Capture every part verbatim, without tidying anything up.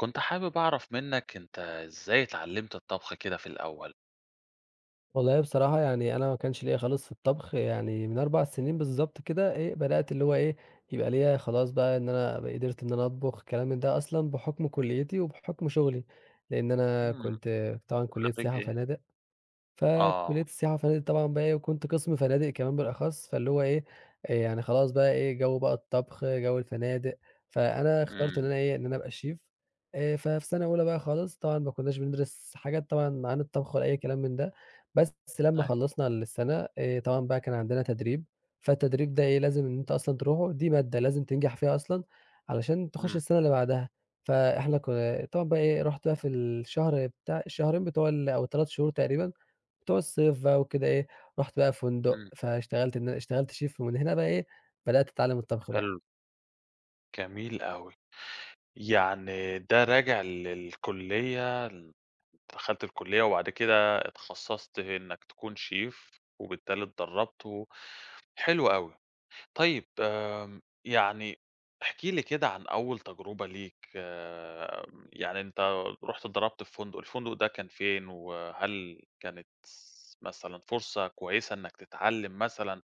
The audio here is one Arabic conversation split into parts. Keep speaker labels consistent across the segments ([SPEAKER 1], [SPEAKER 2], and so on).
[SPEAKER 1] كنت حابب أعرف منك أنت إزاي اتعلمت الطبخ كده في الأول؟
[SPEAKER 2] والله بصراحة يعني أنا ما كانش ليّا خالص في الطبخ، يعني من 4 سنين بالضبط كده إيه، بدأت اللي هو إيه، يبقى ليّا خلاص بقى إن أنا ب قدرت إن أنا أطبخ الكلام من ده أصلًا بحكم كُلّيتي وبحكم شغلي، لإن أنا
[SPEAKER 1] إمم.
[SPEAKER 2] كنت طبعًا كُلّية
[SPEAKER 1] خريج
[SPEAKER 2] سياحة
[SPEAKER 1] إيه؟
[SPEAKER 2] وفنادق. فكلية
[SPEAKER 1] آه.
[SPEAKER 2] السياحة وفنادق طبعًا بقى إيه، وكنت قسم فنادق كمان بالأخص، فاللي هو إيه، آآ يعني خلاص بقى إيه، جو بقى الطبخ، جو الفنادق، فأنا اخترت إن
[SPEAKER 1] إمم.
[SPEAKER 2] أنا إيه، إن أنا أبقى شيف، آآ ففي سنة أولى بقى خالص طبعًا ما كناش بندرس حاجات طبعًا عن الطبخ ولا أي كلام من ده، بس لمّا
[SPEAKER 1] أيوه.
[SPEAKER 2] خلّصنا السنة آآ طبعًا بقى كان عندنا تدريب، فالتدريب ده إيه، لازم إن أنت أصلًا تروحه، دي مادة لازم تنجح فيها أصلًا علشان تخش
[SPEAKER 1] إمم.
[SPEAKER 2] السنة اللي بعدها، فإحنا كن طبعًا بقى إيه، رُحت بقى في الشهر بتاع الشهرين بتوع ال أو التلاتة شهور تقريبًا بتوع الصيف بقى وكده إيه، رُحت بقى فندق،
[SPEAKER 1] إمم.
[SPEAKER 2] فاشتغلت إن أنا اشتغلت chef ومن هنا بقى إيه، بدأت أتعلّم الطبخ
[SPEAKER 1] حلو.
[SPEAKER 2] بقى.
[SPEAKER 1] جميل أوي. يعني ده راجع للكلية ال دخلت الكلية وبعد كده اتخصصت إنك تكون شيف، وبالتالي اتدربت و، حلو أوي. طيب، آمم، يعني احكِ لي كده عن أول تجربة ليك، آآ، يعني أنت رُحت اتدرّبت في فندق، الفندق ده كان فين؟ وهل كانت مثلًا فرصة كويسة إنك تتعلّم مثلًا؟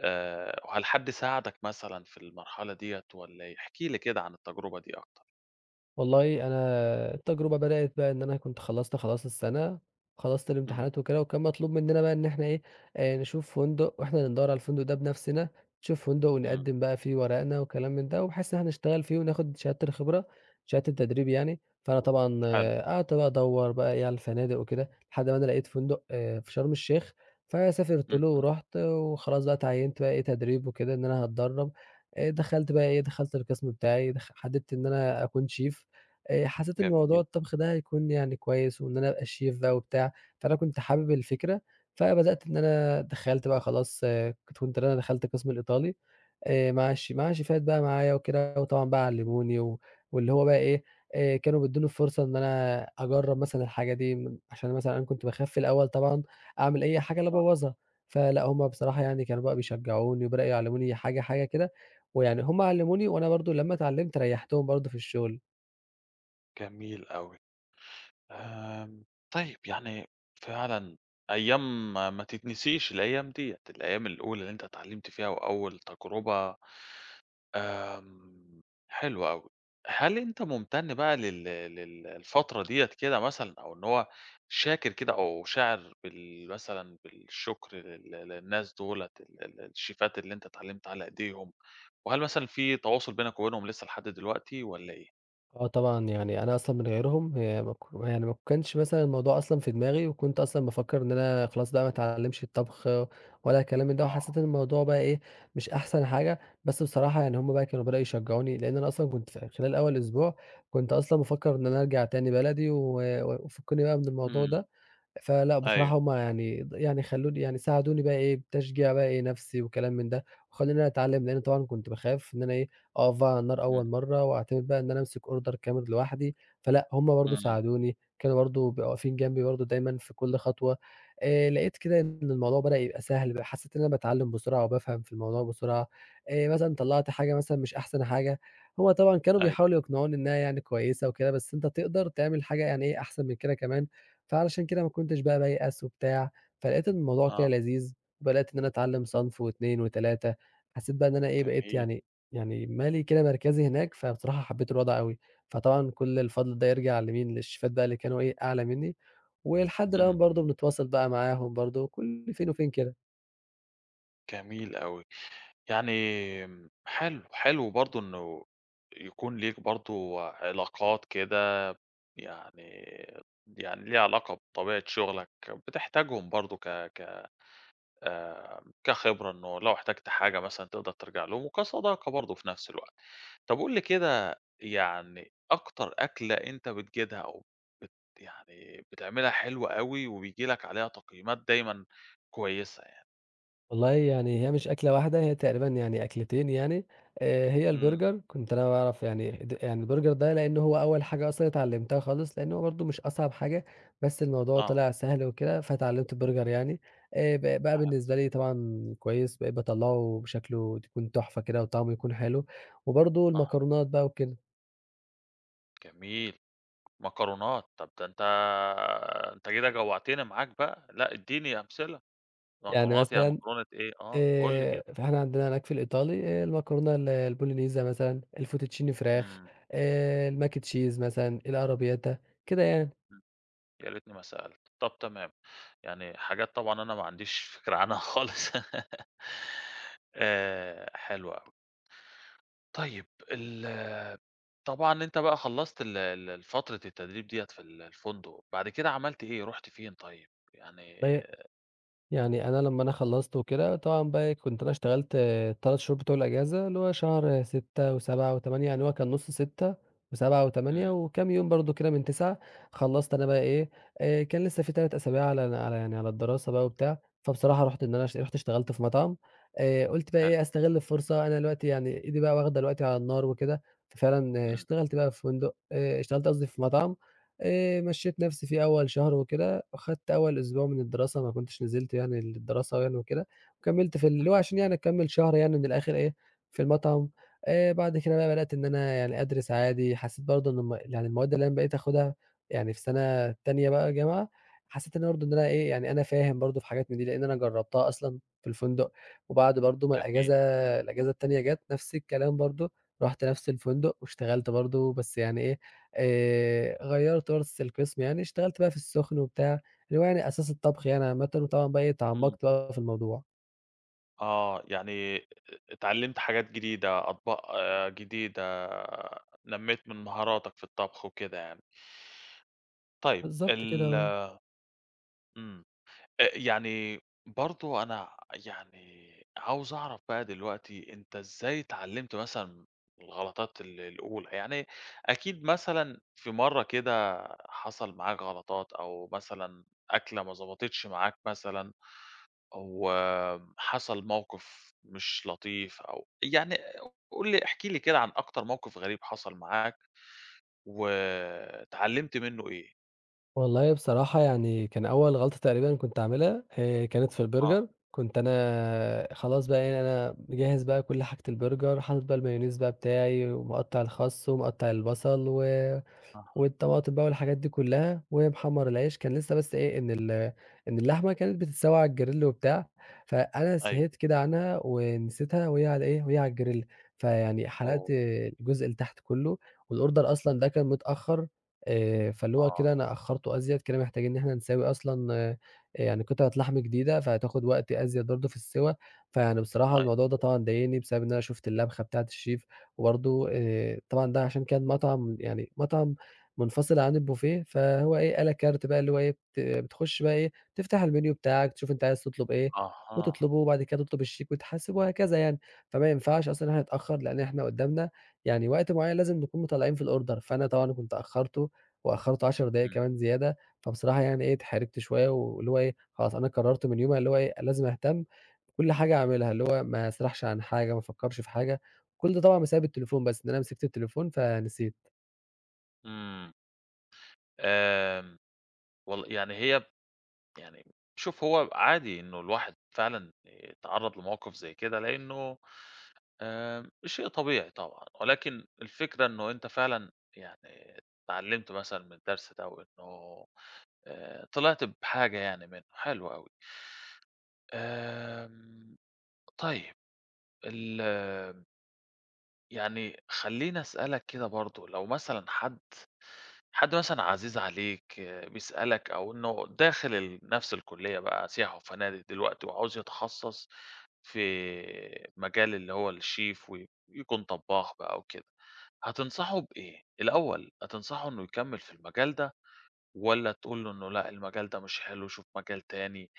[SPEAKER 1] آآ، وهل حد ساعدك مثلًا في المرحلة ديّة والّا إيه؟ احكِ لي كده عن التجربة دي أكتر.
[SPEAKER 2] والله أنا التجربة بدأت بقى إن أنا كنت خلّصت خلاص السَنة، خلصت
[SPEAKER 1] إمم.
[SPEAKER 2] الامتحانات وكده، وكان مطلوب مننا بقى إن إحنا إيه، آآ نشوف فندق وإحنا اللي ندوّر على الفندق ده بنَفْسنا، نشوف فندق
[SPEAKER 1] إمم.
[SPEAKER 2] ونقدّم بقى فيه ورقنا وكلام من ده، وبحيث إن إحنا نشتغل فيه وناخد شهادة الخبرة، شهادة التدريب يعني، فأنا طبعًا
[SPEAKER 1] حلو.
[SPEAKER 2] آه، قعدت بقى أدوّر بقى إيه على الفنادق وكده، لحد ما أنا لقيت فندق آآ في شرم الشيخ، فسافرت له
[SPEAKER 1] اهم.
[SPEAKER 2] ورُحت وخلاص بقى اتعيّنت بقى إيه تدريب وكده إن أنا هاتدرّب، آآ دخلت بقى إيه، دخلت القسم بتاعي دخ حددت إن أنا أكون chef آآ حسيت إن موضوع
[SPEAKER 1] جميل.
[SPEAKER 2] الطبخ ده هيكون يعني كويس وإن أنا أبقى chef بقى وبتاع، فأنا كنت حابب الفكرة، فبدأت إن أنا دخلت بقى خلاص آه، كنت كنت أنا دخلت قسم الإيطالي آآ مع الش مع شيفات بقى معايا وكده، وطبعًا بقى علموني و واللي هو بقى إيه، آآ كانوا بيدّوني الفرصة إن أنا أجرّب مثلًا الحاجة دي م عشان مثلًا أنا كنت باخاف في الأول طبعًا أعمل أي حاجة لا
[SPEAKER 1] آه.
[SPEAKER 2] أبوّظها، فلأ هُم بصراحة يعني كانوا بقى بيشجعوني وبدأوا يعلموني حاجة، حاجة كده، ويعني هُم علموني وأنا برضه لمّا اتعلمت ريّحتهم برضه في الشغل.
[SPEAKER 1] جميل أوي. آمم. طيب يعني، فعلًا، أيام ما ما تتنسيش الأيام ديّة، الأيام الأولى اللي أنت اتعلمت فيها وأول تجربة. آمم. حلو أوي. هل أنت ممتن بقى لل لل الفترة ديّة كده مثلًا، أو إن هو شاكر كده، أو شاعر بال مثلًا بالشكر لل للناس دُولة ال ال الشيفات اللي أنت اتعلمت على إيديهم؟ وهل مثلًا في تواصل بينك وبينهم لسه لحد دلوقتي والّا إيه؟
[SPEAKER 2] آه طبعًا، يعني أنا أصلًا من غيرهم آآ ما ك يعني ما كانش مثلًا الموضوع أصلًا في دماغي، وكنت أصلًا بافكّر إن أنا خلاص بقى ما اتعلّمش الطبخ ولا الكلام من ده، وحسّيت
[SPEAKER 1] آه.
[SPEAKER 2] إن الموضوع بقى إيه، مش أحسن حاجة، بس بصراحة يعني هم بقى كانوا بدأوا يشجّعوني، لإن أنا أصلًا كنت في خلال أول أسبوع كنت أصلًا بافكّر إن أنا أرجع تاني بلدي و وفكّوني بقى من الموضوع ده.
[SPEAKER 1] إمم.
[SPEAKER 2] فلأ،
[SPEAKER 1] أيوه.
[SPEAKER 2] بصراحة هُم يعني يعني خلّوني يعني ساعدوني بقى إيه بتشجيع بقى إيه نَفْسي وكلام من ده، وخلّوني أنا أتعلّم، لإن طبعًا كنت باخاف إن أنا إيه، أقف بقى على النار أول
[SPEAKER 1] إمم.
[SPEAKER 2] مرّة وأعتمد بقى إن أنا أمسك order كامل لوحدي، فلأ، هُم برضه
[SPEAKER 1] إمم.
[SPEAKER 2] ساعدوني، كانوا برضه بيبقوا واقفين جنبي برضه دايمًا في كل خطوة، آآ لقيت كده إن الموضوع بدأ يبقى سهل بقى، حسّيت إن أنا باتعلّم بسرعة وبافهم في الموضوع بسرعة، آآ مثلًا طلّعت حاجة مثلًا مش أحسن حاجة، هُم طبعًا كانوا
[SPEAKER 1] أيوه.
[SPEAKER 2] بيحاولوا يقنعوني إنها يعني كويسة وكده، بس أنت تقدر تعمل حاجة يعني إيه، أحسن من كده كمان. فعلشان كده ما كنتش بقى بايأس وبتاع، فلقيت إن الموضوع كده
[SPEAKER 1] آه.
[SPEAKER 2] لذيذ، وبدأت إن أنا أتعلّم صنف و2 و3 حسّيت بقى إن أنا إيه، بقيت
[SPEAKER 1] جميل.
[SPEAKER 2] يعني يعني مالي كده مركزي هناك، فبصراحة حبّيت الوضع أوي، فطبعًا كل الفضل ده يرجع لمين، للشيفات بقى اللي كانوا إيه، أعلى منّي، ولحد
[SPEAKER 1] إمم.
[SPEAKER 2] الآن برضه بنتواصل بقى معاهم برضه كل فين وفين كده.
[SPEAKER 1] جميل أوي. يعني، آمم، حلو. حلو برضه إنه يكون ليك برضه علاقات كده، يعني يعني ليها علاقة بطبيعة شغلك، بتحتاجهم برضه ك ك آآ، كخبرة إنه لو احتجت حاجة مثلًا تقدر ترجع لهم، وكصداقة برضه في نفس الوقت. طب قُل لي كده يعني، أكتر أكلة أنت بتجيدها، أو بت يعني بتعملها حلو أوي وبييجي لك عليها تقييمات دايمًا كويسة يعني؟
[SPEAKER 2] والله يعني هي مش أكلة واحدة، هي تقريبًا يعني أكلتين يعني، آآ هي
[SPEAKER 1] إمم.
[SPEAKER 2] البرجر كنت أنا باعرف يعني د يعني البرجر ده لأن هو أول حاجة أصلًا اتعلمتها خالص، لأن هو برضه مش أصعب حاجة، بس الموضوع
[SPEAKER 1] آه.
[SPEAKER 2] طلع سهل وكده، فاتعلمت البرجر يعني، آآ ب بقى بالنسبة لي طبعًا كويس، بقيت باطلّعه شكله يكون تحفة كده وطعمه يكون حلو، وبرضه
[SPEAKER 1] آه،
[SPEAKER 2] المكرونات بقى وكده،
[SPEAKER 1] جميل. مكرونات، طب ده أنت أنت كده جوّعتني معاك بقى، لأ ادّيني أمثلة،
[SPEAKER 2] يعني
[SPEAKER 1] مكرونات يعني
[SPEAKER 2] مثلًا
[SPEAKER 1] مكرونة إيه؟ آه، قُل لي كده.
[SPEAKER 2] آآ، فإحنا عندنا هناك في الإيطالي آآ، المكرونة ال البولونيزا مثلًا، الفوتوتشيني فراخ،
[SPEAKER 1] إمم.
[SPEAKER 2] آآ، الmac and cheese مثلًا، الarrabbiata كده يعني.
[SPEAKER 1] إمم. يا ريتني ما سألت، طب تمام، يعني حاجات طبعًا أنا ما عنديش فكرة عنها خالص آآ، حلو أوي. طيب ال طبعًا أنت بقى خلّصت ال ال فترة التدريب ديّة في ال الفندق، بعد كده عملت إيه، رُحت فين طيب؟ يعني.
[SPEAKER 2] طيب
[SPEAKER 1] إمم.
[SPEAKER 2] يعني أنا لمّا أنا خلّصت وكده، طبعًا بقى إيه، كنت أنا اشتغلت التلات شهور بتوع الأجازة، اللي هو شهر ستة و7 و8 يعني هو كان نُص ستة و7 و8
[SPEAKER 1] إمم.
[SPEAKER 2] وكام يوم برضه كده من تسعة خلّصت أنا بقى إيه، آآ كان لسه في تلات أسابيع على على يعني على الدراسة بقى وبتاع، فبصراحة رُحت إن أنا اش رُحت اشتغلت في مطعم، آآ قُلت بقى
[SPEAKER 1] حلو.
[SPEAKER 2] إيه، أستغل الفرصة أنا دلوقتي يعني إيدي بقى واخدة دلوقتي على النار وكده، ففعلًا آه،
[SPEAKER 1] إمم.
[SPEAKER 2] اشتغلت بقى في فندق آآ اشتغلت قصدي في مطعم، آآ مشّيت نَفْسي فيه أول شهر وكده فخدت أول أسبوع من الدراسة ما كنتش نزلت يعني للدراسة يعني وكده، وكمّلت في اللي
[SPEAKER 1] إمم.
[SPEAKER 2] هو عشان يعني أكمّل شهر يعني من الآخر إيه، في المطعم، آآ بعد كده بقى بدأت إن أنا يعني أدرس عادي، حسّيت برضه إن الم يعني المواد اللي أنا بقيت آخُدها يعني في سَنة تانية بقى جامعة، حسّيت إن برضه إن أنا إيه، يعني أنا فاهم برضه في حاجات من دي، لإن أنا جرّبتها أصلًا في الفندق، وبعد برضه ما
[SPEAKER 1] جميل.
[SPEAKER 2] الأجازة الأجازة التانية جات نفس الكلام برضه، رُحت نفس الفندق واشتغلت برضه بس يعني إيه، آآ غيّرت بس القسم يعني، اشتغلت بقى في السُخن وبتاع اللي هو يعني أساس الطبخ يعني عامةً، وطبعًا بقى إيه
[SPEAKER 1] إمم.
[SPEAKER 2] اتعمقت بقى في الموضوع.
[SPEAKER 1] آه، يعني أ اتعلّمت حاجات جديدة، أطباق آه، جديدة، نمّيت من مهاراتك في الطبخ وكده يعني. طيب
[SPEAKER 2] بالضبط كده،
[SPEAKER 1] ال
[SPEAKER 2] آه.
[SPEAKER 1] إمم. أ يعني برضه أنا، يعني، عاوز أعرف بقى دلوقتي أنت إزاي اتعلّمت مثلًا الغلطات ال الأولى؟ يعني أكيد مثلًا في مرّة كده حصل معاك غلطات، أو مثلًا أكلة ما ضبطتش معاك مثلًا، أو حصل موقف مش لطيف، أو يعني، قُل لي احكِ لي كده عن أكتر موقف غريب حصل معاك، واتعلّمت منّه إيه؟
[SPEAKER 2] والله بصراحة يعني كان أول غلطة تقريبًا كنت أعملها آآ، كانت في
[SPEAKER 1] آه.
[SPEAKER 2] البرجر، كنت أنا خلاص بقى يعني أنا مجهّز بقى كل حاجة البرجر، حاطط بقى المايونيز بقى بتاعي ومقطّع الخس ومقطّع البصل و
[SPEAKER 1] أها.
[SPEAKER 2] والطماطم بقى والحاجات دي كلّها، ومحمّر العيش، كان لسه بس إيه، إن ال إن اللحمة كانت بتتسوى على الجريل وبتاع، فأنا
[SPEAKER 1] أيوه.
[SPEAKER 2] سهيت كده عنها ونسيتها وهي على إيه، وهي على الجريل، فيعني حرقت
[SPEAKER 1] أوه!
[SPEAKER 2] الجزء اللي تحت كلّه، والorder أصلًا ده كان متأخّر، آآ، فاللي هو
[SPEAKER 1] آه.
[SPEAKER 2] كده أنا أخّرته أزيد، كده محتاجين إن إحنا نساوي أصلًا آآ، يعني قطعة لحم جديدة، فهتاخد وقت أزيد برضه في السِّوَى، فيعني بصراحة
[SPEAKER 1] أيوه.
[SPEAKER 2] الموضوع ده طبعًا ضايقني بسبب إن أنا شُفت اللبخة بتاعة الchef وبرضه آآ، طبعًا ده عشان كان مطعم يعني مطعم منفصلة عن البوفيه، فهو إيه، à la carte بقى اللي هو إيه، بت بتخش بقى إيه، تفتح المنيو بتاعك، تشوف أنت عايز تطلب إيه
[SPEAKER 1] أها.
[SPEAKER 2] وتطلبه، وبعد كده تطلب الشيك وتحاسب وهكذا يعني. فما ينفعش أصلًا إن إحنا نتأخّر، لإن إحنا قُدّامنا يعني وقت معيّن لازم نكون مطلّعين في الorder، فأنا طبعًا كنت أخّرته وأخّرته عشر دقايق
[SPEAKER 1] إمم.
[SPEAKER 2] كمان زيادة، فبصراحة يعني إيه، اتحرجت شوية واللي هو إيه، خلاص أنا قررت من يومها اللي هو إيه، لازم أهتم بكل حاجة أعملها، اللي هو ما أسرحش عن حاجة، ما أفكّرش في حاجة، كل ده طبعًا بسبب التليفون بس، إن أنا مسكت التليفون فنسيت.
[SPEAKER 1] إمم. آمم. والل يعني هي، يعني شوف، هو عادي إنه الواحد فعلًا يتعرّض لمواقف زي كده لإنه، آمم، شيء طبيعي طبعًا، ولكن الفكرة إنه أنت فعلًا يعني اتعلّمت مثلًا من الدرس ده، وإنه آآ، طلعت بحاجة يعني منّه، حلو أوي. آمم. طيب ال يعني خلّيني أسألك كده برضه، لو مثلًا حد، حد مثلًا عزيز عليك، آه، بيسألك، أو إنه داخل ال نفس الكلية بقى سياحة وفنادق دلوقتي، وعاوز يتخصص في مجال اللي هو الchef، و يكون طباخ بقى وكده، هتنصحه بإيه؟ الأول هتنصحه إنه يكمّل في المجال ده، والّا تقول له إنه لأ، المجال ده مش حلو، شوف مجال تاني؟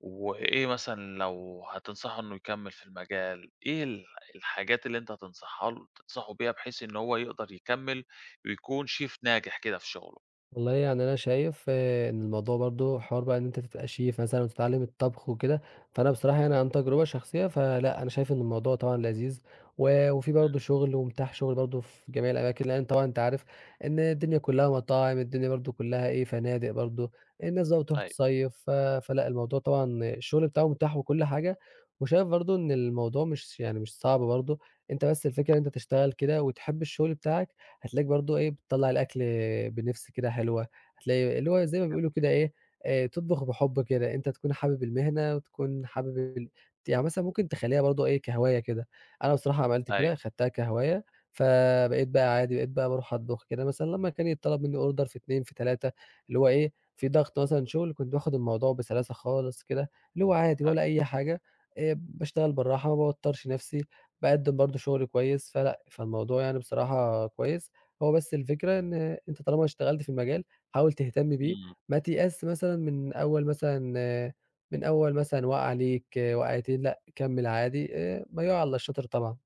[SPEAKER 1] وإيه مثلًا لو هتنصحه إنه يكمّل في المجال، إيه ال الحاجات اللي أنت هتنصحها له، تنصحه بيها بحيث إن هو يقدر يكمّل، ويكون شيف ناجح كده في شغله؟
[SPEAKER 2] والله يعني أنا شايف آآ إن الموضوع برضه حوار بقى إن أنت تبقى شيف مثلًا وتتعلّم الطبخ وكده، فأنا بصراحة يعني
[SPEAKER 1] إمم.
[SPEAKER 2] عن تجربة شخصية فلأ، أنا شايف إن الموضوع طبعًا لذيذ و وفي
[SPEAKER 1] إمم.
[SPEAKER 2] برضه شُغل ومتاح شُغل برضه في جميع الأماكن، لإن طبعًا أنت عارف إن الدنيا كُلّها مطاعم، الدنيا برضه كُلّها إيه، فنادق برضه، الناس بقى بتروح
[SPEAKER 1] أيوه،
[SPEAKER 2] تصيّف ف فلأ، الموضوع طبعًا الشُغل بتاعه متاح وكل حاجة، وشايف برضه إن الموضوع مش يعني مش صعب برضه، أنت بس الفكرة إن أنت تشتغل كده وتحب الشُغل بتاعك هتلاقيك برضه إيه، بتطلّع الأكل بنِفس كده حلوة، هتلاقي اللي هو زي ما
[SPEAKER 1] فهمت.
[SPEAKER 2] بيقولوا كده إيه، آآ تطبخ بحُب كده، أنت تكون حابب المهنة وتكون حابب ال يعني مثلًا ممكن تخلّيها برضه إيه، كهواية كده، أنا
[SPEAKER 1] إمم.
[SPEAKER 2] بصراحة عملت
[SPEAKER 1] أيوه،
[SPEAKER 2] كده، خدتها كهواية، فبقيت بقى عادي، بقيت بقى باروح أطبخ كده مثلًا لمّا كان يتطلب منّي order في اتنين في تلاتة اللي هو إيه، في ضغط مثلًا شُغل، كنت باخد الموضوع بسلاسة خالص كده، اللي هو عادي ولا
[SPEAKER 1] حلو.
[SPEAKER 2] أي حاجة، آآ باشتغل بالراحة، ما باوتّرش نَفْسي، باقدّم برضه شُغل كويس، فلأ، فالموضوع يعني بصراحة كويس. هو بس الفكرة إن أنت طالما اشتغلت في المجال، حاول تهتم بيه،
[SPEAKER 1] إمم.
[SPEAKER 2] ما تيأسش مثلًا من أول مثلًا آآ، من أول مثلًا وقعة ليك، وقعتين لأ، كمّل عادي، آآ ما يُعلى الشاطر طبعًا.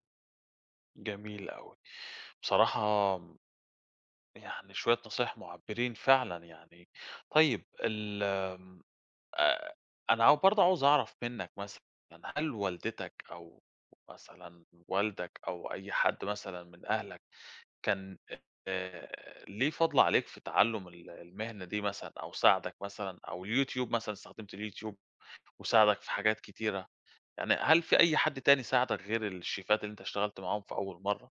[SPEAKER 1] جميل أوي. بصراحة يعني، شوية نصايح مُعبّرين فعلًا يعني. طيب ال آمم، آآ، أنا عاو برضه عاوز أعرف منّك مثلًا، هل والدتك، أو مثلًا والدك، أو أي حد مثلًا من أهلك كان آآ ليه فضل عليك في تعلُّم ال المهنة دي مثلًا، أو ساعدك مثلًا، أو اليوتيوب مثلًا، استخدمت اليوتيوب وساعدك في حاجات كتيرة، يعني هل في أي حد تاني ساعدك غير الشيفات اللي أنت اشتغلت معاهم في أول مرّة؟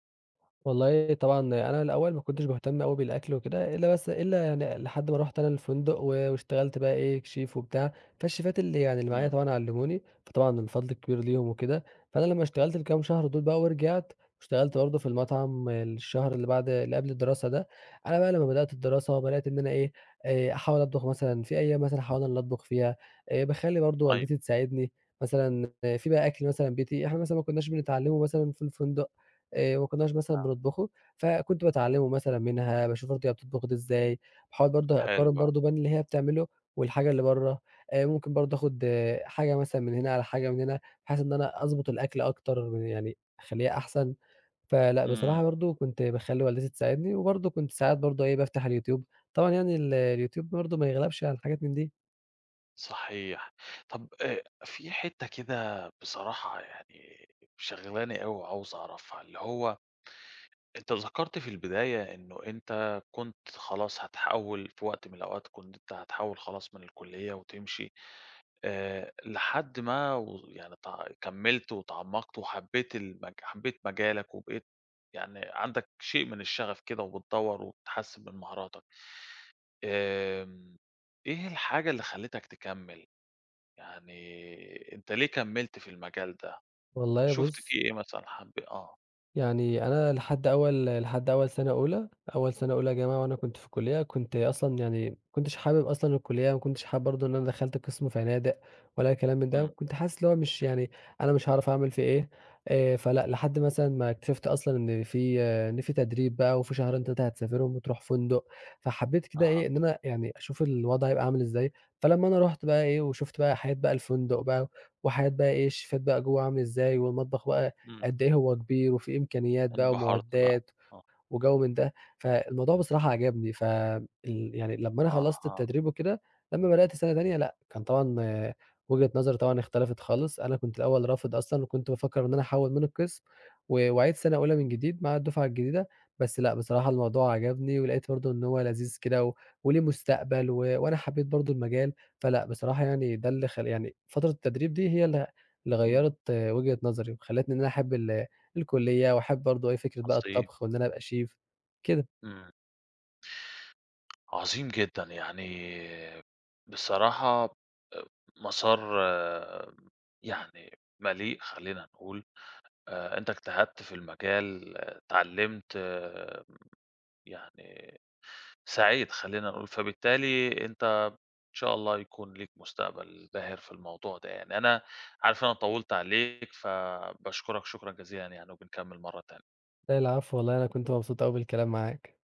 [SPEAKER 2] والله طبعًا أنا الأول ما كنتش باهتم أوي بالأكل وكده، إلا بس إلا يعني لحد ما رُحت أنا الفندق و واشتغلت بقى إيه chef وبتاع، فالشيفات اللي يعني اللي معايا
[SPEAKER 1] إمم.
[SPEAKER 2] طبعًا علموني، فطبعًا الفضل الكبير ليهم وكده، فأنا لمّا اشتغلت الكام شهر دول بقى ورجعت، واشتغلت برضه في
[SPEAKER 1] إمم.
[SPEAKER 2] المطعم الشهر اللي بعد اللي قبل الدراسة ده، أنا بقى لمّا بدأت الدراسة بدأت إن أنا إيه، آآ أحاول أطبخ مثلًا في أيام مثلًا أحاول إن أنا اللي أطبخ فيها، آآ باخلّي برضه
[SPEAKER 1] أيوه.
[SPEAKER 2] والدتي تساعدني، مثلًا إيه، في بقى أكل مثلًا بيتي إحنا مثلًا ما كناش بنتعلمه مثلًا في الفندق آآ ما كناش مثلًا بنطبخه، فكنت باتعلّمه مثلًا منها، باشوف برضه هي بتطبخ ده إزاي، باحاول برضه
[SPEAKER 1] حلو
[SPEAKER 2] أقارن
[SPEAKER 1] أوي.
[SPEAKER 2] برضه بين اللي هي بتعمله والحاجة اللي برّه، آآ ممكن برضه آخُد حاجة مثلًا من هنا على حاجة من هنا، بحيث إن أنا أضبط الأكل أكتر يعني أخلّيه أحسن، فلأ بصراحة
[SPEAKER 1] إمم.
[SPEAKER 2] برضه كنت باخلّي والدتي تساعدني، وبرضه كنت ساعات برضه إيه، بافتح اليوتيوب، طبعًا يعني ال اليوتيوب برضه ما يغلبش على الحاجات من دي.
[SPEAKER 1] صحيح. طَب آآ في حتّة كده بصراحة، يعني شاغلاني أوي وعاوز أعرفها، اللي هو أنت ذكرت في البداية إنه أنت كنت خلاص هتحوّل، في وقت من الأوقات كنت أنت هتحوّل خلاص من الكلية وتمشي، آآ، لحد ما و يعني تع كمّلت وتعمّقت وحبّيت المج حبّيت مجالك، وبقيت يعني عندك شيء من الشغف كده، وبتدوّر وبتحسّن من مهاراتك. آمم. إيه الحاجة اللي خلّتك تكمّل؟ يعني أنت ليه كمّلت في المجال ده؟
[SPEAKER 2] والله
[SPEAKER 1] شُفت
[SPEAKER 2] بُص
[SPEAKER 1] فيه إيه مثلًا، حب، آه.
[SPEAKER 2] يعني أنا لحد أول لحد أول سنة أولى، أول سنة أولى جامعة وأنا كنت في الكلية، كنت أصلًا يعني ما كنتش حابب أصلًا الكلية، ما كنتش حابب برضه إن أنا دخلت قسم فنادق ولا كلام من ده،
[SPEAKER 1] إمم.
[SPEAKER 2] كنت حاسس اللي هو مش يعني أنا مش هاعرف أعمل فيه إيه، آآ فلأ لحد مثلًا ما اكتشفت أصلًا إن في آه، إن في تدريب بقى وفي شهرين تلات هتسافرهم وتروح فندق، فحبيت كده
[SPEAKER 1] أها.
[SPEAKER 2] إيه إن أنا يعني أشوف الوضع هيبقى عامل إزاي، فلما أنا رُحت بقى إيه وشُفت بقى حياة بقى الفندق بقى وحياة بقى إيه الشيفات بقى جوّه عامل إزاي والمطبخ بقى
[SPEAKER 1] إمم.
[SPEAKER 2] قد إيه هو كبير وفيه إمكانيات بقى
[SPEAKER 1] انبهرت بقى.
[SPEAKER 2] ومعدات
[SPEAKER 1] آه.
[SPEAKER 2] وجَو من ده، فالموضوع بصراحة عجبني، ف ال يعني لمّا أنا خلّصت
[SPEAKER 1] أها.
[SPEAKER 2] التدريب وكده، لمّا بدأت سَنة تانية لأ، كان طبعًا آه، وجهة نظري طبعًا اختلفت خالص، أنا كنت الأول رافض أصلًا وكنت بافكّر إن أنا أحوّل من القسم و وأعيد سَنة أولى من
[SPEAKER 1] إمم.
[SPEAKER 2] جديد مع الدفعة الجديدة، بس لأ، بصراحة الموضوع عجبني ولقيت برضه إن هو لذيذ كده و وليه مستقبل و وأنا حبيت برضه المجال، فلأ، بصراحة يعني ده اللي خل يعني فترة التدريب دي هي اللي اللي
[SPEAKER 1] إمم.
[SPEAKER 2] غيّرت آه، وجهة نظري وخلّتني إن أنا أحب ال الكلية وأحب برضه إيه، فكرة بقى
[SPEAKER 1] عظيم.
[SPEAKER 2] الطبخ وإن أنا أبقى شيف، كده.
[SPEAKER 1] إمم. عظيم جدًا، يعني بصراحة، آآ مسار، يعني مليء خلّينا نقول، آآ أنت اجتهدت في المجال، اتعلّمت يعني، سعيت خلّينا نقول، فبالتالي أنت إن شاء الله يكون ليك مستقبل باهر في الموضوع ده يعني. أنا عارف إن أنا طوّلت عليك، فباشكرك شكرًا جزيلًا يعني، وبنكمّل مرّة تانية.
[SPEAKER 2] لا العفو، والله أنا كنت مبسوط أوي بالكلام معاك.